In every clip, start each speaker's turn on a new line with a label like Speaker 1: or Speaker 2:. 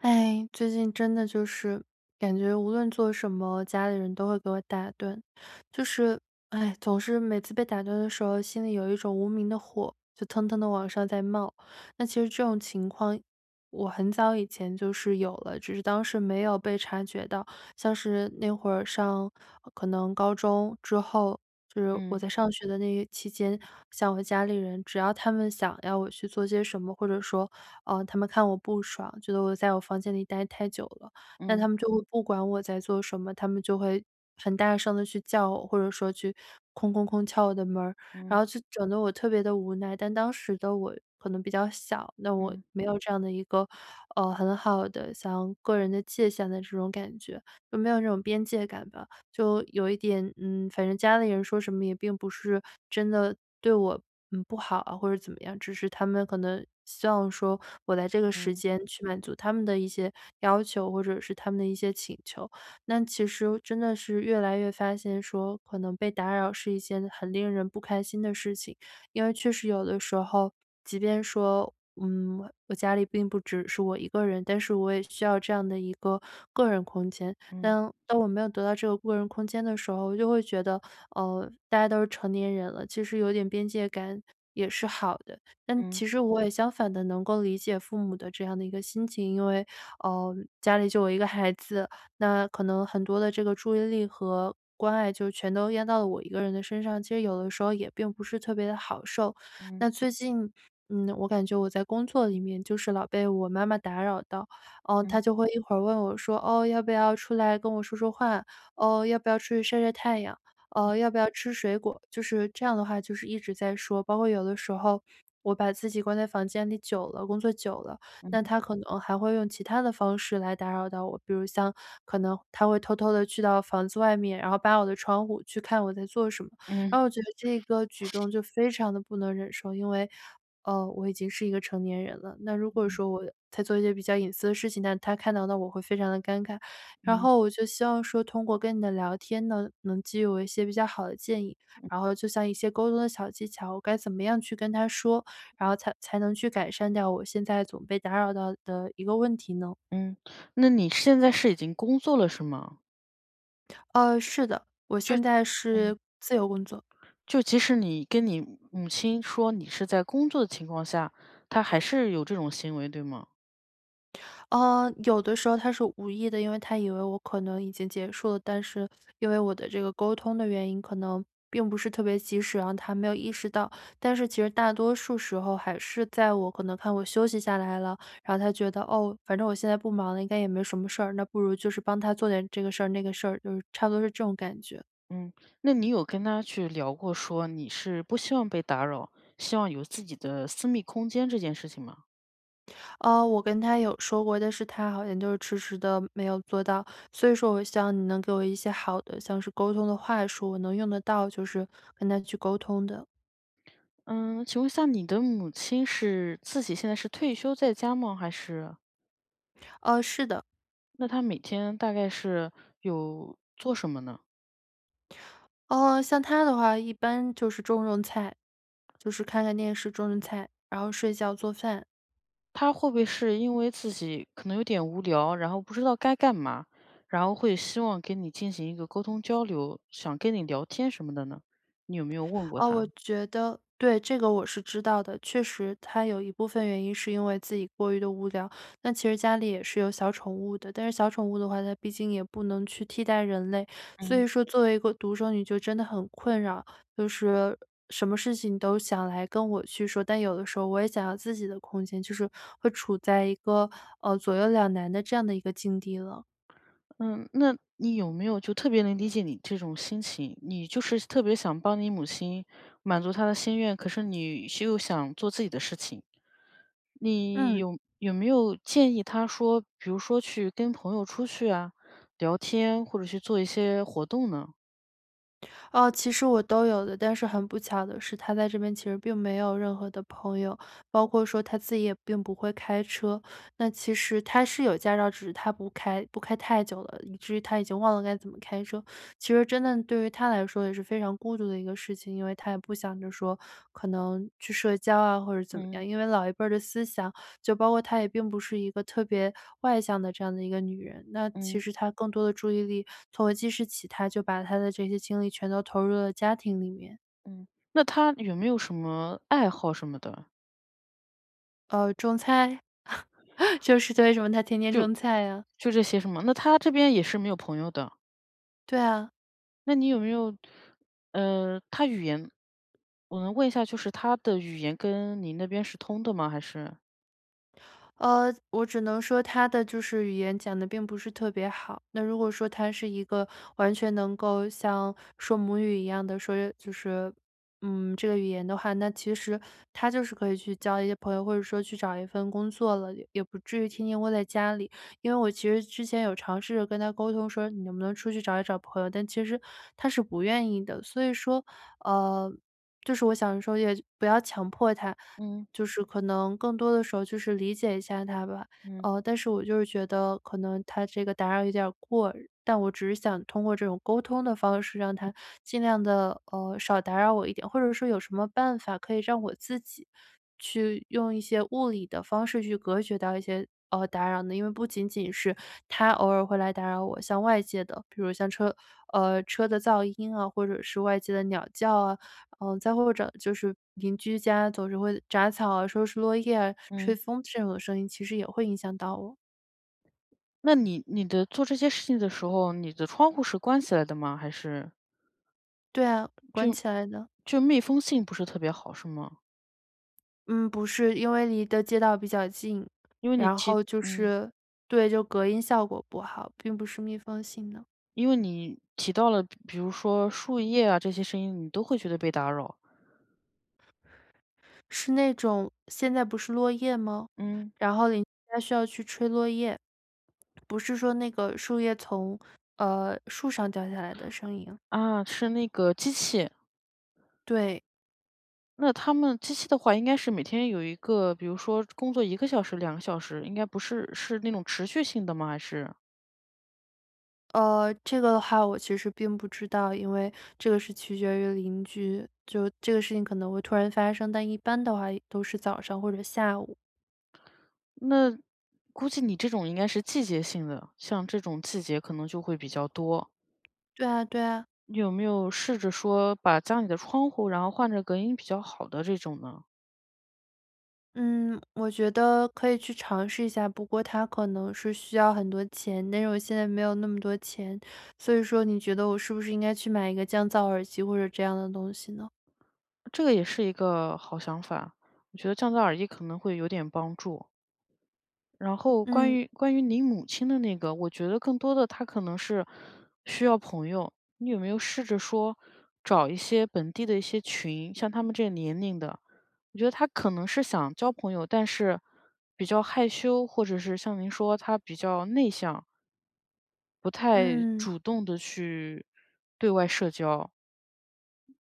Speaker 1: 哎，最近真的就是感觉无论做什么，家里人都会给我打断，就是哎，总是每次被打断的时候，心里有一种无名的火，就腾腾的往上在冒。那其实这种情况，我很早以前就是有了，只是当时没有被察觉到。像是那会儿上可能高中之后。就是我
Speaker 2: 嗯
Speaker 1: 在上学的那个期间，像我家里人，只要他们想要我去做些什么，或者说哦，他们看我不爽，觉得我在我房间里待太久了，那他
Speaker 2: 嗯
Speaker 1: 们就会不管我在做什么，他们就会很大声的去叫我，或者说去“空空空”敲我的门儿，然
Speaker 2: 嗯
Speaker 1: 后就整得我特别的无奈。但当时的我可能比较小，那我
Speaker 2: 嗯
Speaker 1: 没有这样的一个，很好的像个人的界限的这种感觉，就没有这种边界感吧。就有一点，嗯，反正家里人说什么也并不是真的对我，嗯，不好啊，或者怎么样，只是他们可能希望说我在这个时
Speaker 2: 嗯
Speaker 1: 间去满足他们的一些要求，或者是他们的一些请求。那其实真的是越来越发现说，可能被打扰是一件很令人不开心的事情，因为确实有的时候，即便说。嗯，我家里并不只是我一个人，但是我也需要这样的一个个人空间。
Speaker 2: 嗯
Speaker 1: 但当我没有得到这个个人空间的时候，我就会觉得，大家都是成年人了，其实有点边界感也是好的。但
Speaker 2: 嗯
Speaker 1: 其实我也相反的，能够理解父母的这样的一个心情，因为，呃，家里就我一个孩子，那可能很多的这个注意力和关爱就全都压到了我一个人的身上，其实有的时候也并不是特别的好受。
Speaker 2: 嗯
Speaker 1: 那最近，嗯，我感觉我在工作里面就是老被我妈妈打扰到，嗯，他就
Speaker 2: 嗯
Speaker 1: 会一会儿问我说：“哦，要不要出来跟我说说话？哦，要不要出去晒晒太阳？哦，要不要吃水果？”就是这样的话，就是一直在说。包括有的时候我把自己关在房间里久了，工作久了，那
Speaker 2: 嗯
Speaker 1: 他可能还会用其他的方式来打扰到我，比如像可能他会偷偷的去到房子外面，然后扒我的窗户去看我在做什么。
Speaker 2: 嗯
Speaker 1: 然后我觉得这个举动就非常的不能忍受，因为哦，我已经是一个成年人了，那如果说我在做一些比较隐私的事情，但他看到那我会非常的尴尬。然
Speaker 2: 嗯
Speaker 1: 后我就希望说通过跟你的聊天呢，能给予我一些比较好的建议，然后就像一些沟通的小技巧，我该怎么样去跟他说，然后才能去改善掉我现在总被打扰到的一个问题呢？
Speaker 2: 嗯，那你现在是已经工作了是吗？
Speaker 1: 是的，我
Speaker 2: 就
Speaker 1: 现在
Speaker 2: 嗯
Speaker 1: 是自由工作。
Speaker 2: 就即使你跟你母亲说你是在工作的情况下，她还是有这种行为，对吗？
Speaker 1: 有的时候他是无意的，因为他以为我可能已经结束了，但是因为我的这个沟通的原因，可能并不是特别及时，然后他没有意识到。但是其实大多数时候还是在我可能看我休息下来了，然后他觉得哦，反正我现在不忙了，应该也没什么事儿，那不如就是帮他做点这个事儿那个事儿，就是差不多是这种感觉。
Speaker 2: 嗯，那你有跟她去聊过说你是不希望被打扰，希望有自己的私密空间这件事情吗？
Speaker 1: 哦，我跟他有说过，但是他好像就是迟迟的没有做到。所以说我希望你能给我一些好的，像是沟通的话术，我能用得到，就是跟他去沟通的。
Speaker 2: 嗯，请问一下你的母亲是自己现在是退休在家吗？还是？
Speaker 1: 哦，是的。
Speaker 2: 那他每天大概是有做什么呢？
Speaker 1: 哦，像他的话，一般就是种种菜，就是看看电视、种种菜，然后睡觉、做饭。
Speaker 2: 他会不会是因为自己可能有点无聊，然后不知道该干嘛，然后会希望跟你进行一个沟通交流，想跟你聊天什么的呢？你有没有问过
Speaker 1: 哦，
Speaker 2: 他？
Speaker 1: 我觉得对，这个我是知道的。确实，他有一部分原因是因为自己过于的无聊。那其实家里也是有小宠物的，但是小宠物的话，它毕竟也不能去替代人类，所
Speaker 2: 嗯。
Speaker 1: 以说作为一个独生女就真的很困扰。就是什么事情都想来跟我去说，但有的时候我也想要自己的空间，就是会处在一个，左右两难的这样的一个境地了。
Speaker 2: 嗯，那你有没有就特别能理解你这种心情，你就是特别想帮你母亲满足她的心愿，可是你是又想做自己的事情。你
Speaker 1: 嗯。
Speaker 2: 有有没有建议他说，比如说去跟朋友出去啊，聊天，或者去做一些活动呢？
Speaker 1: 哦，其实我都有的，但是很不巧的是，他在这边其实并没有任何的朋友，包括说他自己也并不会开车。那其实他是有驾照，只是他不开，不开太久了，以至于他已经忘了该怎么开车。其实真的对于他来说也是非常孤独的一个事情，因为他也不想着说可能去社交啊或者怎么
Speaker 2: 嗯
Speaker 1: 样，因为老一辈儿的思想。就包括她也并不是一个特别外向的这样的一个女人，那其
Speaker 2: 嗯
Speaker 1: 实她更多的注意力从我记事起，她就把她的这些精力全都投入了家庭里面。
Speaker 2: 嗯，那他有没有什么爱好什么的？
Speaker 1: 种菜，就是对为什么她天天种菜呀，
Speaker 2: 就这些什么？那他这边也是没有朋友的，
Speaker 1: 对啊。
Speaker 2: 那你有没有，他语言，我能问一下，就是他的语言跟你那边是通的吗？还是？
Speaker 1: 我只能说他的就是语言讲的并不是特别好。那如果说他是一个完全能够像说母语一样的说就是，嗯，这个语言的话，那其实他就是可以去交一些朋友，或者说去找一份工作了，也不至于天天窝在家里。因为我其实之前有尝试着跟他沟通说：“你能不能出去找一找朋友？”但其实他是不愿意的。所以说，呃，就是我想说也不要强迫他。
Speaker 2: 嗯
Speaker 1: 就是可能更多的时候就是理解一下他吧。
Speaker 2: 嗯
Speaker 1: 但是我就是觉得可能他这个打扰有点儿过，但我只是想通过这种沟通的方式，让他尽量的少打扰我一点，或者说有什么办法可以让我自己去用一些物理的方式去隔绝到一些打扰呢？因为不仅仅是他偶尔会来打扰我，像外界的，比如像车车的噪音啊，或者是外界的鸟叫啊，嗯，再或者就是邻居家总是会杂草啊、收拾落叶啊、吹
Speaker 2: 嗯，
Speaker 1: 风这种声音，其实也会影响到我。
Speaker 2: 那你做这些事情的时候，你的窗户是关起来的吗？还是？
Speaker 1: 对啊，关
Speaker 2: 就？
Speaker 1: 起来的。
Speaker 2: 就密封性不是特别好，是吗？
Speaker 1: 嗯，不是，因为离的街道比较近，
Speaker 2: 因为你
Speaker 1: 然
Speaker 2: 提
Speaker 1: 后就
Speaker 2: 嗯，
Speaker 1: 是对，就隔音效果不好，并不是密封性的，
Speaker 2: 因为你提到了，比如说树叶啊这些声音，你都会觉得被打扰。
Speaker 1: 是那种现在不是落叶吗？
Speaker 2: 嗯，
Speaker 1: 然后邻居家需要去吹落叶，不是说那个树叶从树上掉下来的声音。
Speaker 2: 啊，是那个机器。
Speaker 1: 对。
Speaker 2: 那他们机器的话，应该是每天有一个，比如说工作一个小时、两个小时，应该不是是那种持续性的吗？还是
Speaker 1: 这个的话我其实并不知道，因为这个是取决于邻居，就这个事情可能会突然发生，但一般的话都是早上或者下午。
Speaker 2: 那估计你这种应该是季节性的，像这种季节可能就会比较多。
Speaker 1: 对啊，对啊，
Speaker 2: 你有没有试着说把家里的窗户，然后换着隔音比较好的这种呢？
Speaker 1: 嗯，我觉得可以去尝试一下，不过它可能是需要很多钱，但是我现在没有那么多钱，所以说你觉得我是不是应该去买一个降噪耳机或者这样的东西呢？
Speaker 2: 这个也是一个好想法，我觉得降噪耳机可能会有点帮助。然后关
Speaker 1: 嗯
Speaker 2: 于关于你母亲的那个，我觉得更多的她可能是需要朋友。你有没有试着说找一些本地的一些群，像他们这个年龄的，我觉得她可能是想交朋友，但是比较害羞，或者是像您说她比较内向，不太
Speaker 1: 嗯
Speaker 2: 主动的去对外社交。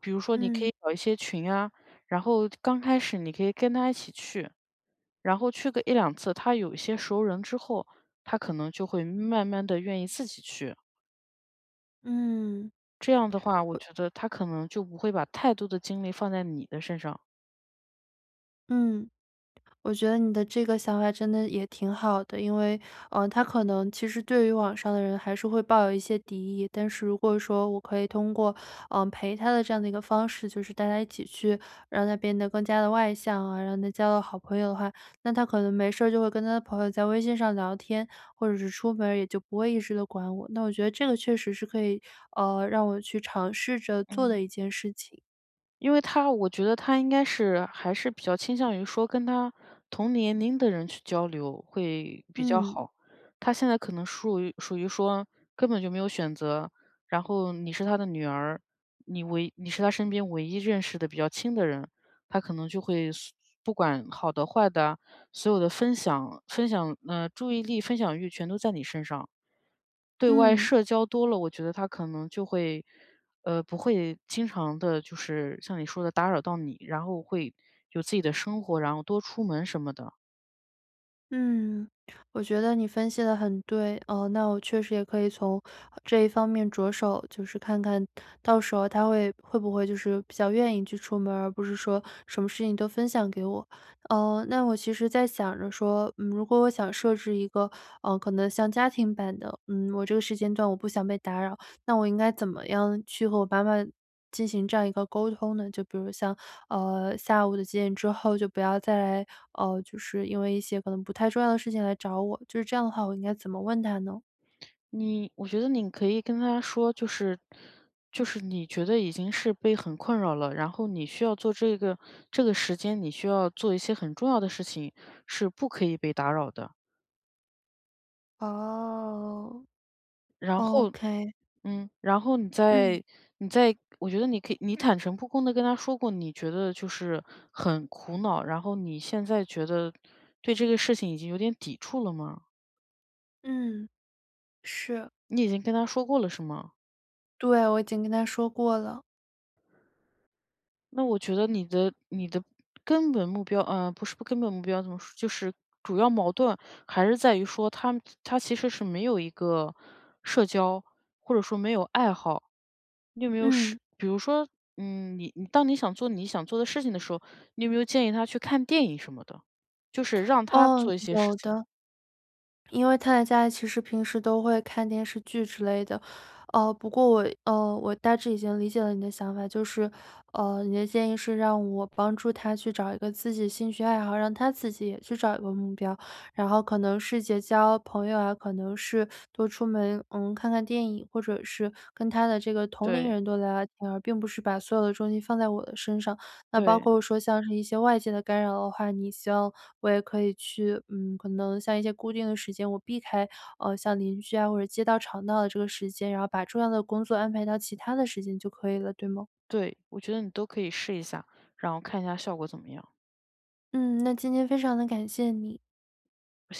Speaker 2: 比如说你可
Speaker 1: 嗯
Speaker 2: 以找一些群啊，然后刚开始你可以跟她一起去。然后去个一两次，他有一些熟人之后，他可能就会慢慢的愿意自己去。
Speaker 1: 嗯
Speaker 2: 这样的话，我觉得他可能就不会把太多的精力放在你的身上，
Speaker 1: 嗯。我觉得你的这个想法真的也挺好的，因为，嗯他可能其实对于网上的人还是会抱有一些敌意，但是如果说我可以通过，嗯、陪他的这样的一个方式，就是大家一起去让他变得更加的外向啊，让他交到好朋友的话，那他可能没事儿就会跟他的朋友在微信上聊天，或者是出门儿也就不会一直的管我。那我觉得这个确实是可以，让我去尝试着做的
Speaker 2: 嗯。
Speaker 1: 一件事情。
Speaker 2: 因为他我觉得他应该是还是比较倾向于说跟他同年龄的人去交流会比较
Speaker 1: 嗯
Speaker 2: 好。他现在可能属于说根本就没有选择，然后你是他的女儿，你是他身边唯一认识的比较亲的人，他可能就会所不管好的坏的啊所有的分享分享呃注意力分享欲全都在你身上。对外
Speaker 1: 嗯。
Speaker 2: 社交多了，我觉得他可能就会，不会经常的，就是像你说的打扰到你，然后会有自己的生活，然后多出门什么的。
Speaker 1: 嗯，我觉得你分析的很对，哦。那我确实也可以从这一方面着手，就是看看到时候他会不会就是比较愿意去出门儿而不是说什么事情都分享给我。哦，那我其实在想着说，嗯，如果我想设置一个，可能像家庭版的，嗯，我这个时间段我不想被打扰，那我应该怎么样去和我妈妈进行这样一个沟通呢？就比如像，下午的几点之后就不要再来，就是因为一些可能不太重要的事情来找我，就是这样的话，我应该怎么问她呢？
Speaker 2: 我觉得你可以跟他说，就是就是你觉得已经是被很困扰了，然后你需要做这个时间，你需要做一些很重要的事情，是不可以被打扰的。
Speaker 1: 哦
Speaker 2: 然后
Speaker 1: ，OK，
Speaker 2: 嗯，然后你
Speaker 1: 嗯。
Speaker 2: 再你再我觉得你可以你坦诚不公的跟他说过，你觉得就是很苦恼，然后你现在觉得对这个事情已经有点抵触了吗？
Speaker 1: 嗯，是。
Speaker 2: 你已经跟他说过了是吗？
Speaker 1: 对，我已经跟他说过了。
Speaker 2: 那我觉得你的根本目标嗯，不是不根本目标怎么说，就是主要矛盾还是在于说他们他其实是没有一个社交，或者说没有爱好。你有没有试
Speaker 1: 嗯，
Speaker 2: 比如说，嗯，你当你想做你想做的事情的时候，你有没有建议他去看电影什么的？就是让他
Speaker 1: 哦，
Speaker 2: 做一些事
Speaker 1: 有
Speaker 2: 情。
Speaker 1: 的。因为他在家里其实平时都会看电视剧之类的，不过我我大致已经理解了你的想法，就是，你的建议是让我帮助他去找一个自己兴趣爱好，让他自己也去找一个目标，然后可能是结交朋友啊，可能是多出门，嗯，看看电影，或者是跟他的这个同龄
Speaker 2: 对，
Speaker 1: 人多聊聊天，而并不是把所有的重心放在我的身上。那包
Speaker 2: 对，
Speaker 1: 括说像是一些外界的干扰的话，你希望我也可以去嗯，可能像一些固定的时间，我避开，像邻居啊或者街道吵闹的这个时间，然后把重要的工作安排到其他的时间就可以了，对吗？
Speaker 2: 对，我觉得你都可以试一下，然后看一下效果怎么样。
Speaker 1: 嗯，那今天非常的感谢你。